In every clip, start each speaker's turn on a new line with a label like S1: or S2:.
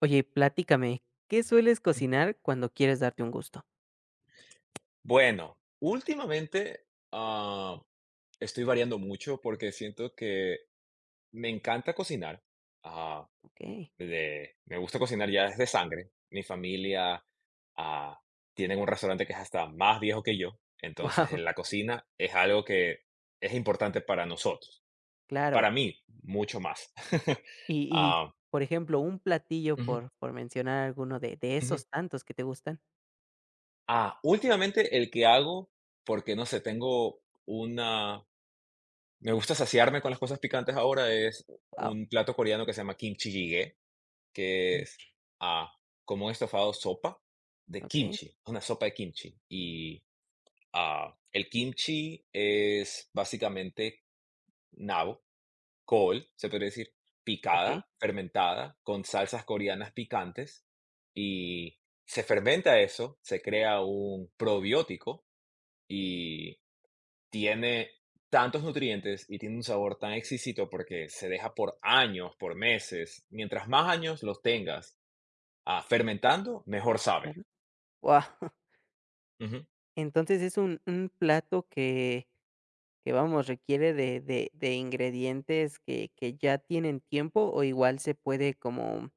S1: Oye, platícame, ¿qué sueles
S2: Ujú.
S1: cocinar cuando quieres darte un gusto?
S2: Bueno, últimamente, ah, estoy variando mucho porque siento que me encanta cocinar. Ah,
S1: Okey,
S2: de me gusta cocinar ya desde sangre. Mi familia, ah, tienen un restaurante que es hasta más viejo que yo, entonces,
S1: guau,
S2: en la cocina es algo que es importante para nosotros.
S1: claro.
S2: Para mí, mucho más.
S1: Y y,
S2: Ah,
S1: por ejemplo, un platillo
S2: ujú,
S1: por mencionar alguno de
S2: ujú.
S1: esos tantos que te gustan.
S2: Últimamente el que hago, porque no sé, tengo una me gusta saciarme con las cosas picantes ahora, es
S1: Wow,
S2: un plato coreano que se llama kimchi jjigae, que
S1: mm,
S2: es, ah, como un estofado sopa de
S1: okey,
S2: kimchi, una sopa de kimchi. Y, el kimchi es básicamente nabo, col, se podría decir,
S1: okey,
S2: picada, fermentada, con salsas coreanas picantes, y se fermenta eso, se crea un probiótico y tiene tantos nutrientes y tiene un sabor tan exquisito porque se deja por años, por meses. Mientras más años los tengas fermentando, mejor sabe. Ujú.
S1: Entonces es un plato que requiere de ingredientes que ya tienen tiempo, o igual se puede como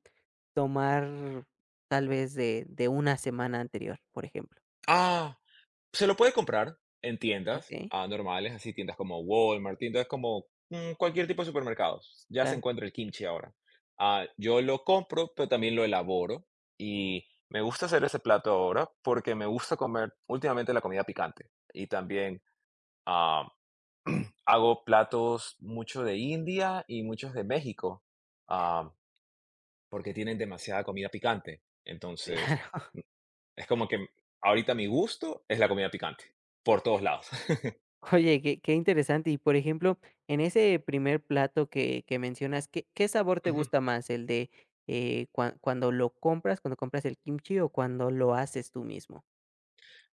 S1: tomar tal vez de una semana anterior, por ejemplo.
S2: Ah, se lo puede comprar en tiendas
S1: Okey,
S2: normales, así tiendas como Walmart, tiendas como cualquier tipo de supermercados. Ya se
S1: claro,
S2: encuentra el kimchi ahora. Yo lo compro, pero también lo elaboro y me gusta hacer ese plato ahora porque me gusta comer últimamente la comida picante y también ah, hago platos mucho de India y muchos de México, ah, porque tienen demasiada comida picante. Entonces,
S1: claro.
S2: mm, es como que ahorita mi gusto es la comida picante, por todos lados.
S1: Oye, qué interesante. Y, por ejemplo, en ese primer plato que mencionas, ¿qué sabor te gusta más? ¿El de, cuando lo compras, cuando compras el kimchi o cuando lo haces tú mismo?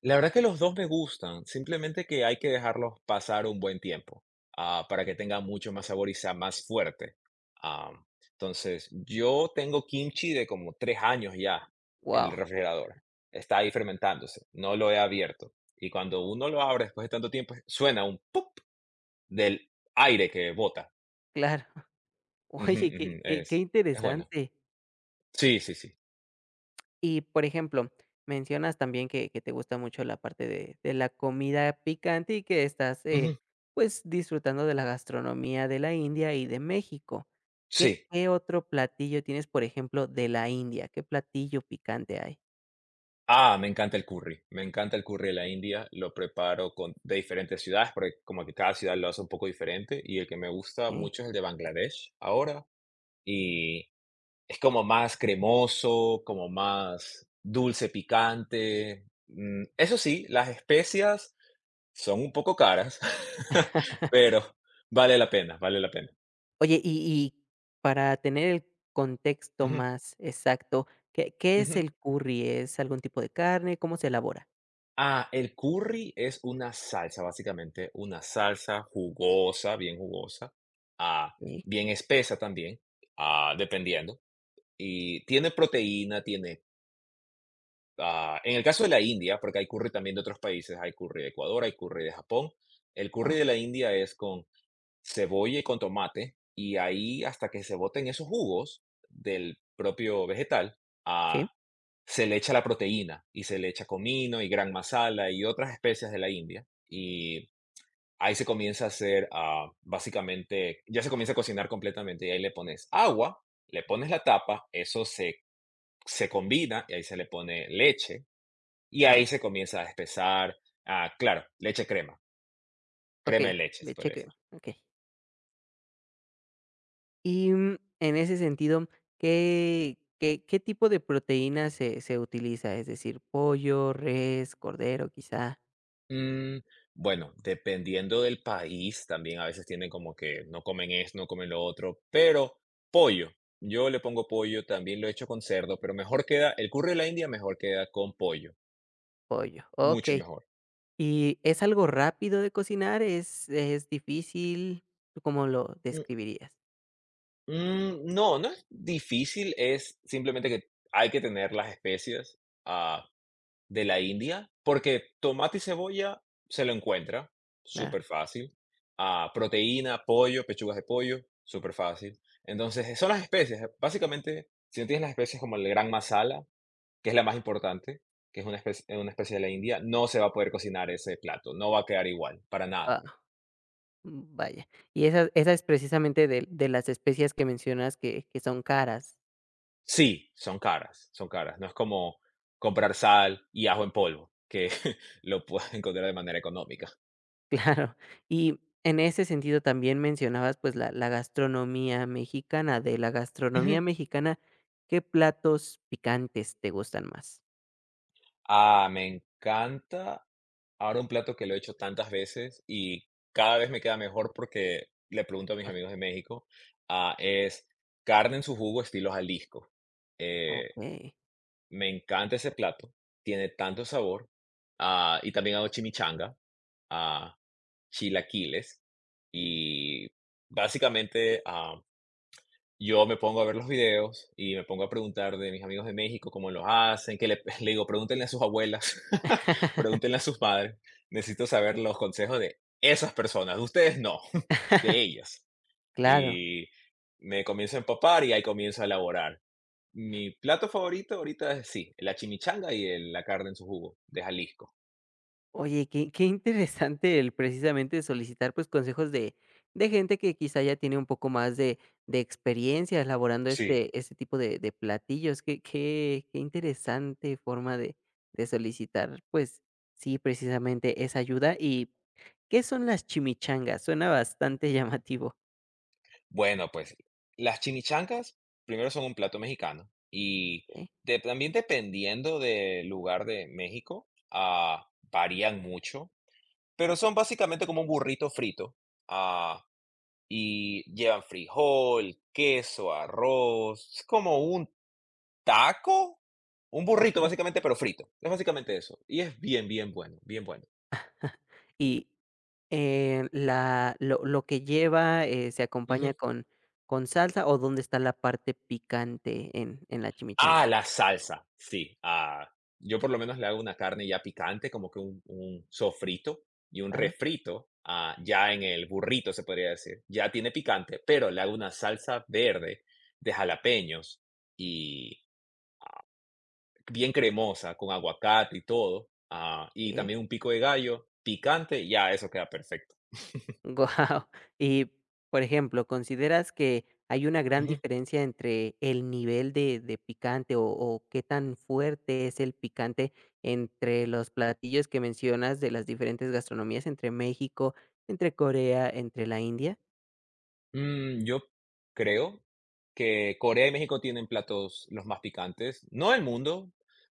S2: La verdad que los 2 me gustan, simplemente que hay que dejarlos pasar un buen tiempo, para que tenga mucho más sabor y sea más fuerte. Am, entonces, yo tengo kimchi de como 3 años ya en el
S1: Wow.
S2: refrigerador. Está ahí fermentándose, no lo he abierto. Y cuando uno lo abre después de tanto tiempo, suena un pop del aire que bota.
S1: Claro.
S2: Ujú,
S1: Oye, qué
S2: ujú,
S1: qué qué
S2: es bueno.
S1: interesante.
S2: Sí, sí, sí.
S1: Y, por ejemplo, mencionas también que te gusta mucho la parte de la comida picante y que estás,
S2: Ujú,
S1: pues, disfrutando de la gastronomía de la India y de México. ¿Qué
S2: sí.
S1: qué otro platillo tienes, por ejemplo, de la India? ¿Qué platillo picante hay?
S2: Me encanta el curry, me encanta el curry de la India, lo preparo con de diferentes ciudades, porque como que cada ciudad lo hace un poco diferente, y el que me gusta
S1: Okey.
S2: mucho es el de Bangladesh ahora, y es como más cremoso, como más dulce, picante. Eso sí, las especias son un poco caras, pero vale la pena, vale la pena.
S1: Oye, y para tener el contexto
S2: Ujú,
S1: más exacto, ¿qué es
S2: ujú.
S1: el curry? ¿Es algún tipo de carne? ¿Cómo se elabora?
S2: El curry es una salsa, básicamente, una salsa jugosa, bien jugosa, ah,
S1: Sí.
S2: bien espesa también, dependiendo. Y tiene proteína, tiene, en el caso de la India, porque hay curry también de otros países, hay curry de Ecuador, hay curry de Japón. El curry
S1: Wow.
S2: de la India es con cebolla y con tomate, y ahí hasta que se boten esos jugos del propio vegetal,
S1: Sí,
S2: ah, se le echa la proteína y se le echa comino y gran masala y otras especias de la India. Y ahí se comienza a hacer, básicamente, ya se comienza a cocinar completamente y ahí le pones agua, le pones la tapa, eso se combina y ahí se le pone leche y
S1: wow.
S2: ahí se comienza a espesar, claro, leche crema, crema
S1: Okey,
S2: de leche, se
S1: leche
S2: puede decir.
S1: crema, okey. Y, mm, en ese sentido, ¿qué tipo de proteína se utiliza? Es decir, pollo, res, cordero, quizá,
S2: Mm, bueno, dependiendo del país, también a veces tienen como que no comen esto, no comen lo otro, pero pollo. Yo le pongo pollo, también lo he hecho con cerdo, pero mejor queda, el curry de la India mejor queda con pollo,
S1: pollo.
S2: mucho
S1: Okey.
S2: mejor.
S1: ¿Y es algo rápido de cocinar? Es difícil? ¿Tú cómo lo
S2: Mm,
S1: describirías?
S2: no, no es difícil, es simplemente que hay que tener las especias, ah, de la India, porque tomate y cebolla se lo encuentra,
S1: Claro.
S2: súper fácil. Proteína, pollo, pechugas de pollo, súper fácil. Entonces, son las especies. Básicamente, si no tienes las especies como el gran masala, que es la más importante, que es una especie de la India, no se va a poder cocinar ese plato, no va a quedar igual, para nada.
S1: Ah, vaya. Y esa esa es precisamente de las especias que mencionas que son caras.
S2: Sí, son caras, son caras. No es como comprar sal y ajo en polvo, que lo puedes encontrar de manera económica.
S1: Claro. Y en ese sentido también mencionabas, pues, la gastronomía mexicana. De la gastronomía
S2: Ujú.
S1: mexicana, ¿qué platos picantes te gustan más?
S2: Me encanta. Ahora un plato que lo he hecho tantas veces y cada vez me queda mejor porque le pregunto a mis amigos de México, es carne en su jugo estilo Jalisco. Eh,
S1: Okey.
S2: me encanta ese plato, tiene tanto sabor. Ah, y también hago chimichanga, ah, chilaquiles y básicamente yo me pongo a ver los videos y me pongo a preguntar de mis amigos de México cómo lo hacen, que le le digo: "Pregúntenle a sus abuelas, pregúntenle a sus padres, necesito saber los consejos de esas personas, de ustedes no, de ellas".
S1: Claro.
S2: Y me comienzo a empapar y ahí comienzo a elaborar. Mi plato favorito ahorita es sí, la chimichanga y el la carne en su jugo de Jalisco.
S1: Oye, qué interesante el precisamente solicitar, pues, consejos de gente que quizá ya tiene un poco más de experiencia elaborando
S2: Sí.
S1: este este tipo de platillos. Qué interesante forma de solicitar, pues, sí, precisamente esa ayuda. ¿Y qué son las chimichangas? Suena bastante llamativo.
S2: Bueno, pues las chimichangas primero son un plato mexicano y
S1: Okey,
S2: también dependiendo del lugar de México, varían mucho, pero son básicamente como un burrito frito ah, y llevan frijol, queso, arroz, es como un taco, un burrito
S1: okey.
S2: básicamente, pero frito. Es básicamente eso y es bien, bien bueno, bien bueno.
S1: Y, la lo que lleva, ¿se
S2: Ujú.
S1: acompaña con salsa o dónde está la parte picante en la chimichanga?
S2: La salsa, sí, yo por lo menos le hago una carne ya picante, como que un sofrito y un
S1: Claro,
S2: refrito, ya en el burrito, se podría decir. Ya tiene picante, pero le hago una salsa verde de jalapeños y bien cremosa, con aguacate y todo, y
S1: okey.
S2: también un pico de gallo picante, ya eso queda perfecto.
S1: Guau. Y, por ejemplo, ¿consideras que hay una gran diferencia entre el nivel de picante o qué tan fuerte es el picante entre los platillos que mencionas de las diferentes gastronomías, entre México, entre Corea, entre la India?
S2: Yo creo que Corea y México tienen platos los más picantes, no del mundo,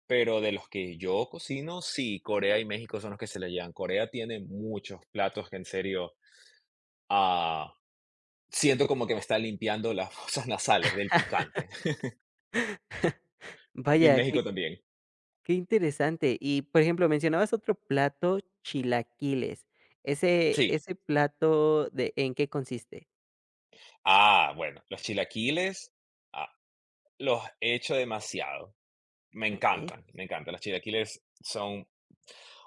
S2: pero de los que yo cocino, sí, Corea y México son los que se le llevan. Corea tiene muchos platos que en serio, ah, siento como que me está limpiando las fosas nasales del picante. Y
S1: Vaya,
S2: México
S1: qué
S2: también.
S1: qué interesante. Y, por ejemplo, mencionabas otro plato, chilaquiles. Ese
S2: Sí.
S1: ese plato, ¿de en qué consiste?
S2: Bueno, los chilaquiles, ah, los he hecho demasiado. Me
S1: Okey,
S2: encantan, me encantan. Los chilaquiles son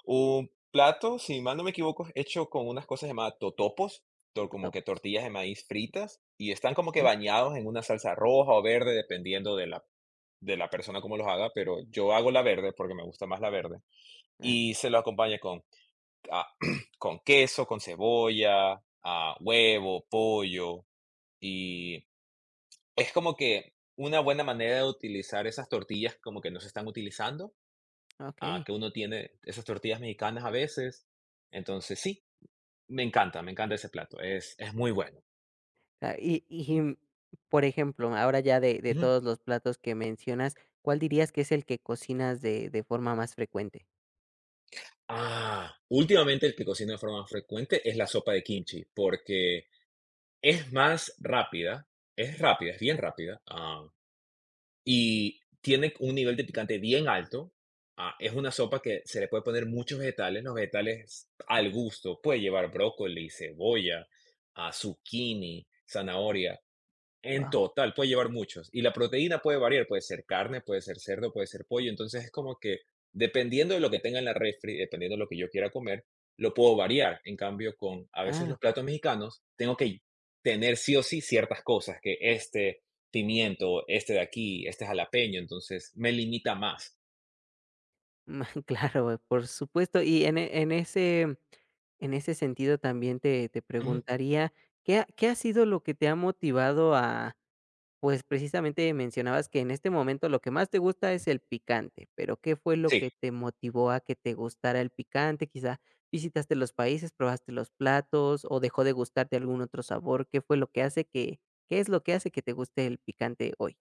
S2: un plato, si mal no me equivoco, es hecho con unas cosas llamadas totopos, como que
S1: totopos.
S2: tortillas de maíz fritas, y están como que
S1: Sí,
S2: bañados en una salsa roja o verde, dependiendo de la persona cómo los haga, pero yo hago la verde porque me gusta más la verde.
S1: claro.
S2: Y se lo acompaña con, ah, con queso, con cebolla, huevo, pollo, y es como que una buena manera de utilizar esas tortillas como que no se están utilizando,
S1: Okey.
S2: que uno tiene esas tortillas mexicanas a veces. Entonces, sí, me encanta, me encanta ese plato, es muy bueno.
S1: Ah, por ejemplo, ahora ya de
S2: Ujú.
S1: todos los platos que mencionas, ¿cuál dirías que es el que cocinas de forma más frecuente?
S2: Últimamente el que cocino de forma más frecuente es la sopa de kimchi, porque es más rápida, es bien rápida, y tiene un nivel de picante bien alto. Es una sopa que se le puede poner muchos vegetales, los vegetales al gusto, puede llevar brócoli, cebolla, zucchini, zanahoria, en
S1: Guau,
S2: total, puede llevar muchos. Y la proteína puede variar, puede ser carne, puede ser cerdo, puede ser pollo. Entonces es como que dependiendo de lo que tenga en la refri, dependiendo de lo que yo quiera comer, lo puedo variar. En cambio, con a veces los
S1: claro,
S2: platos mexicanos, tengo que tener sí o sí ciertas cosas, que este pimiento, este de aquí, este jalapeño, entonces me limita más.
S1: ma claro, por supuesto. Y en en ese sentido también te
S2: Ujú.
S1: preguntaría, qué ha sido lo que te ha motivado a pues, precisamente mencionabas que en este momento lo que más te gusta es el picante, pero, ¿qué fue lo
S2: Sí,
S1: que te motivó a que te gustara el picante? Quizá, ¿visitaste los países, probaste los platos o dejó de gustarte algún otro sabor? ¿Qué fue lo que hace que te guste el picante hoy?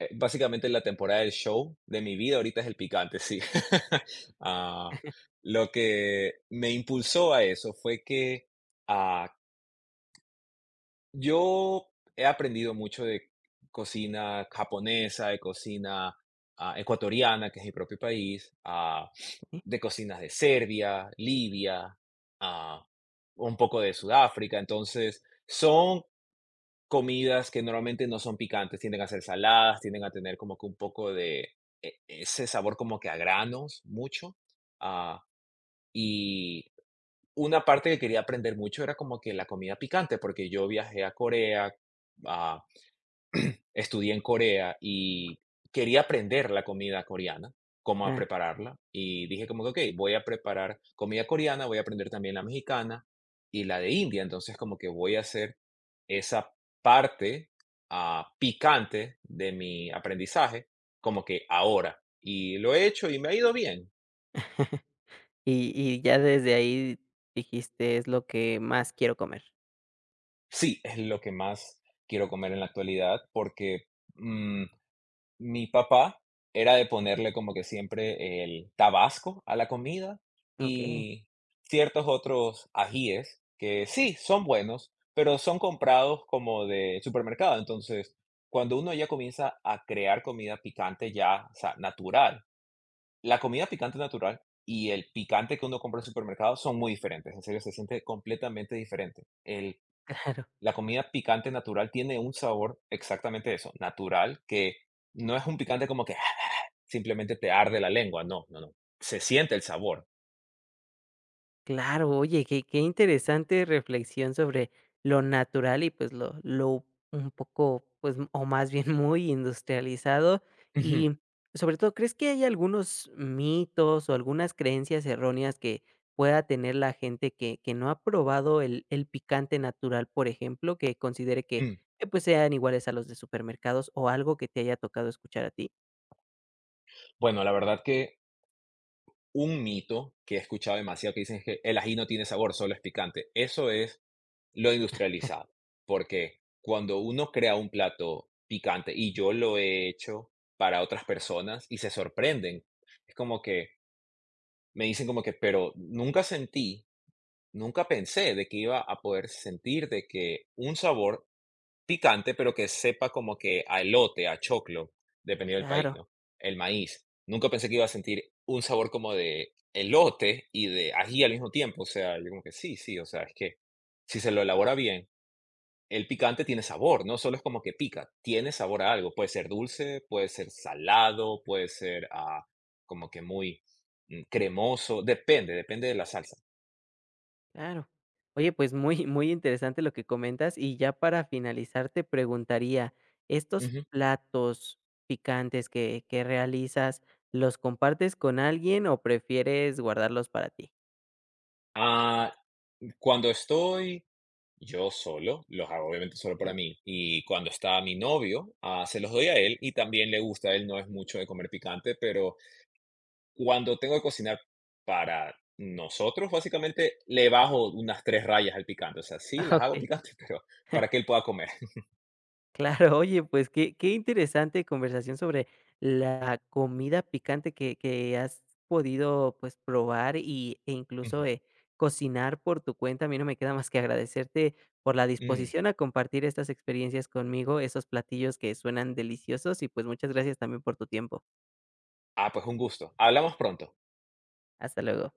S2: Básicamente la temporada del show de mi vida ahorita es el picante, sí. Ah, lo que me impulsó a eso fue que, ah, yo he aprendido mucho de cocina japonesa, de cocina, ecuatoriana, que es mi propio país,
S1: Ujú,
S2: de cocinas de Serbia, Libia, ah, un poco de Sudáfrica. Entonces, son comidas que normalmente no son picantes, tienden a ser saladas, tienden a tener como que un poco de ese sabor como que a granos, mucho. Ah, y una parte que quería aprender mucho era como que la comida picante, porque yo viajé a Corea, ah, estudié en Corea y quería aprender la comida coreana, cómo a
S1: claro.
S2: prepararla. Y dije como que, ok voy a preparar comida coreana, voy a aprender también la mexicana y la de India. Entonces, como que voy a hacer esa parte, picante de mi aprendizaje, como que ahora. Y lo he hecho y me ha ido bien.
S1: Ya desde ahí dijiste: "Es lo que más quiero comer".
S2: Sí, es lo que más quiero comer en la actualidad porque, mm Mi papá era de ponerle como que siempre el tabasco a la comida
S1: Okey,
S2: y ciertos otros ajíes que sí, son buenos, pero son comprados como de supermercado. Entonces, cuando uno ya comienza a crear comida picante ya, o sea, natural, la comida picante natural y el picante que uno compra en el supermercado son muy diferentes. En serio, se siente completamente diferente. El
S1: claro.
S2: La comida picante natural tiene un sabor exactamente eso, natural, que no es un picante como que simplemente te arde la lengua, no, no, no, se siente el sabor.
S1: Claro, oye, qué interesante reflexión sobre lo natural y, pues, lo un poco, pues, o más bien muy industrializado.
S2: Ujú,
S1: Y, sobre todo, ¿crees que hay algunos mitos o algunas creencias erróneas que pueda tener la gente que no ha probado el picante natural, por ejemplo, que considere que
S2: mm.
S1: que, pues, sean iguales a los de supermercados o algo que te haya tocado escuchar a ti?
S2: Bueno, la verdad que un mito que he escuchado demasiado que dicen es que el ají no tiene sabor, solo es picante. Eso es lo industrializado, porque cuando uno crea un plato picante, y yo lo he hecho para otras personas y se sorprenden, es como que me dicen como que, pero nunca sentí. Nunca pensé de que iba a poder sentir de que un sabor picante, pero que sepa como que a elote, a choclo, dependiendo del país,
S1: Claro.
S2: ¿no? El maíz. Nunca pensé que iba a sentir un sabor como de elote y de ají al mismo tiempo. O sea, yo como que sí, sí, o sea, es que si se lo elabora bien, el picante tiene sabor, no solo es como que pica, tiene sabor a algo. Puede ser dulce, puede ser salado, puede ser como que muy cremoso, depende, depende de la salsa.
S1: Claro. Oye, pues muy, muy interesante lo que comentas. Y ya para finalizar, te preguntaría, ¿estos
S2: Ujú.
S1: platos picantes que realizas, los compartes con alguien o prefieres guardarlos para ti?
S2: Ah, Cuando estoy yo solo, los hago obviamente solo
S1: Eh,
S2: para mí. Y cuando está mi novio, se los doy a él y también le gusta. Él no es mucho de comer picante, pero cuando tengo que cocinar para nosotros, básicamente le bajo unas tres rayas al picante. O sea, sí, las hago
S1: Ok.
S2: picantes, pero para que él pueda comer.
S1: Claro, oye, pues qué interesante conversación sobre la comida picante que has podido pues probar y, e incluso
S2: Ujú.
S1: cocinar por tu cuenta. A mí no me queda más que agradecerte por la
S2: Mm.
S1: disposición a compartir estas experiencias conmigo, esos platillos que suenan deliciosos y pues muchas gracias también por tu tiempo.
S2: Pues un gusto. Hablamos pronto.
S1: Hasta luego.